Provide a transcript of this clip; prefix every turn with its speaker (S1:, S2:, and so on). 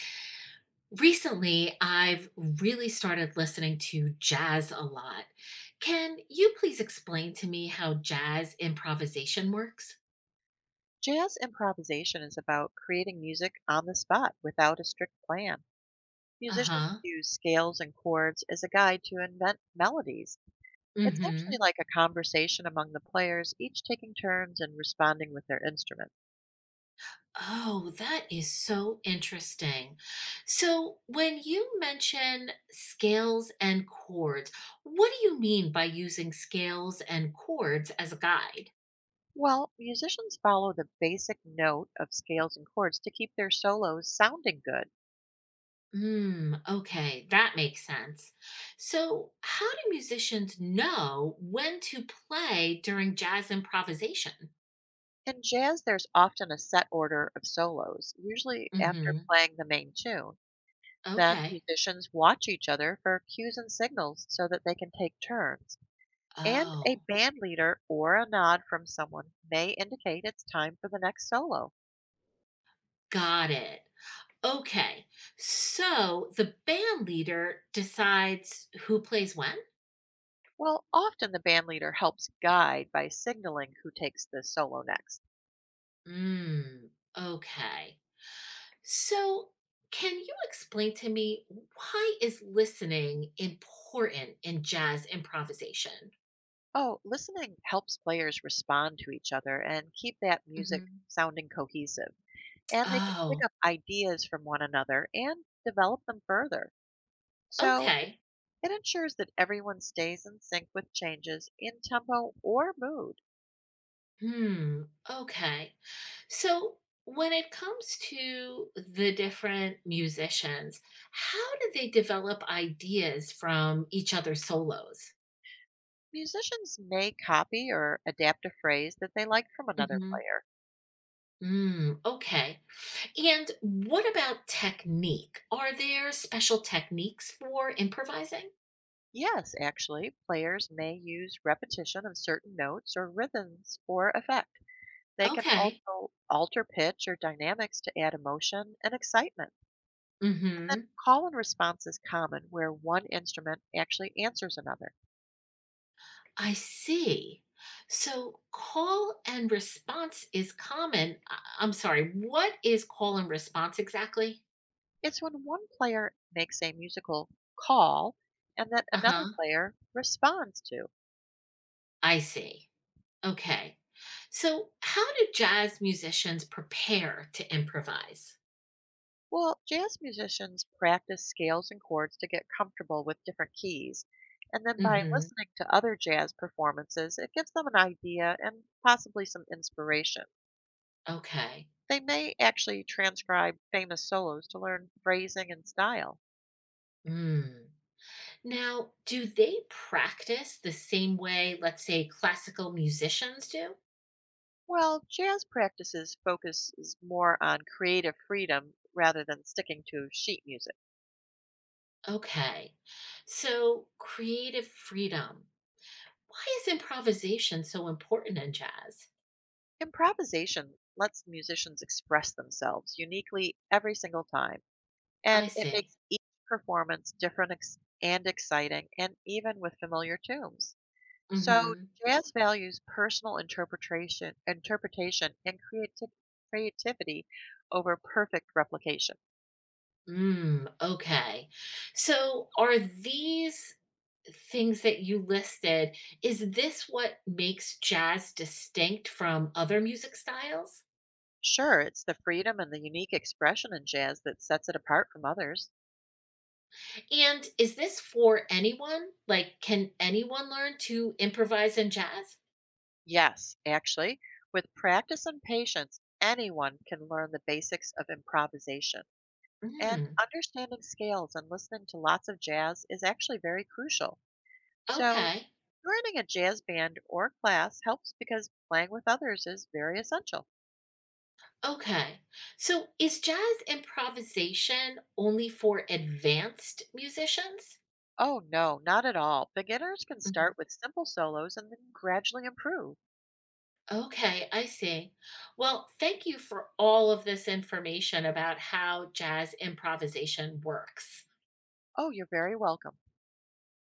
S1: Recently, I've really started listening to jazz a lot. Can you please explain to me how jazz improvisation works?
S2: Jazz improvisation is about creating music on the spot without a strict plan.
S1: Uh
S2: Musicians
S1: huh.
S2: use scales and chords as a guide to invent melodies.
S1: Mm
S2: It's actually
S1: hmm.
S2: like a conversation among the players, each taking turns and responding with their instrument.
S1: Oh, that is so interesting. So, when you mention scales and chords, what do you mean by using scales and chords as a guide?
S2: Well, musicians follow the basic note of scales and chords to keep their solos sounding good.
S1: Mm, okay, that makes sense. So, how do musicians know when to play during jazz improvisation?
S2: In jazz, there's often a set order of solos, usually after
S1: Hmm.
S2: playing the main tune. Then
S1: Okay.
S2: musicians watch each other for cues and signals so that they can take turns, and a
S1: Oh,
S2: band leader or a nod from someone may indicate it's time for the next solo.
S1: got it. Okay. So, the band leader decides who plays when?
S2: Well, often the band leader helps guide by signaling who takes the solo next.
S1: Mm, okay. So, can you explain to me, why is listening important in jazz improvisation?
S2: Oh, listening helps players respond to each other and keep that music
S1: Hmm.
S2: sounding cohesive. And they can pick
S1: Oh,
S2: up ideas from one another and develop them further. So
S1: okay.
S2: it ensures that everyone stays in sync with changes in tempo or mood.
S1: Hmm. Okay. So when it comes to the different musicians, how do they develop ideas from each other's solos?
S2: Musicians may copy or adapt a phrase that they like from another
S1: Hmm.
S2: player.
S1: Mm, okay. And what about technique? Are there special techniques for improvising?
S2: Yes, actually, players may use repetition of certain notes or rhythms for effect. They can
S1: Okay.
S2: also alter pitch or dynamics to add emotion and excitement. And then
S1: Mm-hmm.
S2: call and response is common where one instrument actually answers another.
S1: I see. So call and response is common. I'm sorry. What is call and response exactly?
S2: It's when one player makes a musical call and that another
S1: Uh-huh.
S2: player responds to.
S1: I see. Okay. So, how do jazz musicians prepare to improvise?
S2: Well, jazz musicians practice scales and chords to get comfortable with different keys. And then by
S1: Mhm.
S2: listening to other jazz performances, it gives them an idea and possibly some inspiration.
S1: Okay.
S2: They may actually transcribe famous solos to learn phrasing and style.
S1: Mm. Now, do they practice the same way, let's say, classical musicians do?
S2: Well, jazz practices focuses more on creative freedom rather than sticking to sheet music.
S1: Okay. So, creative freedom. Why is improvisation so important in jazz?
S2: Improvisation lets musicians express themselves uniquely every single time,
S1: I
S2: and it
S1: see.
S2: makes each performance different and exciting, and even with familiar tunes. So,
S1: Mhm.
S2: jazz values personal interpretation, interpretation and creativity over perfect replication.
S1: Mm, okay. So, are these things that you listed, is this what makes jazz distinct from other music styles?
S2: Sure, it's the freedom and the unique expression in jazz that sets it apart from others.
S1: And is this for anyone? Like, can anyone learn to improvise in jazz?
S2: Yes, actually, with practice and patience, anyone can learn the basics of improvisation. And
S1: Mm,
S2: understanding scales and listening to lots of jazz is actually very crucial. So,
S1: okay.
S2: joining a jazz band or class helps because playing with others is very essential.
S1: Okay. So is jazz improvisation only for advanced musicians?
S2: Oh, no, not at all. Beginners can
S1: Mhm.
S2: start with simple solos and then gradually improve.
S1: Okay, I see. Well, thank you for all of this information about how jazz improvisation works.
S2: Oh, you're very welcome.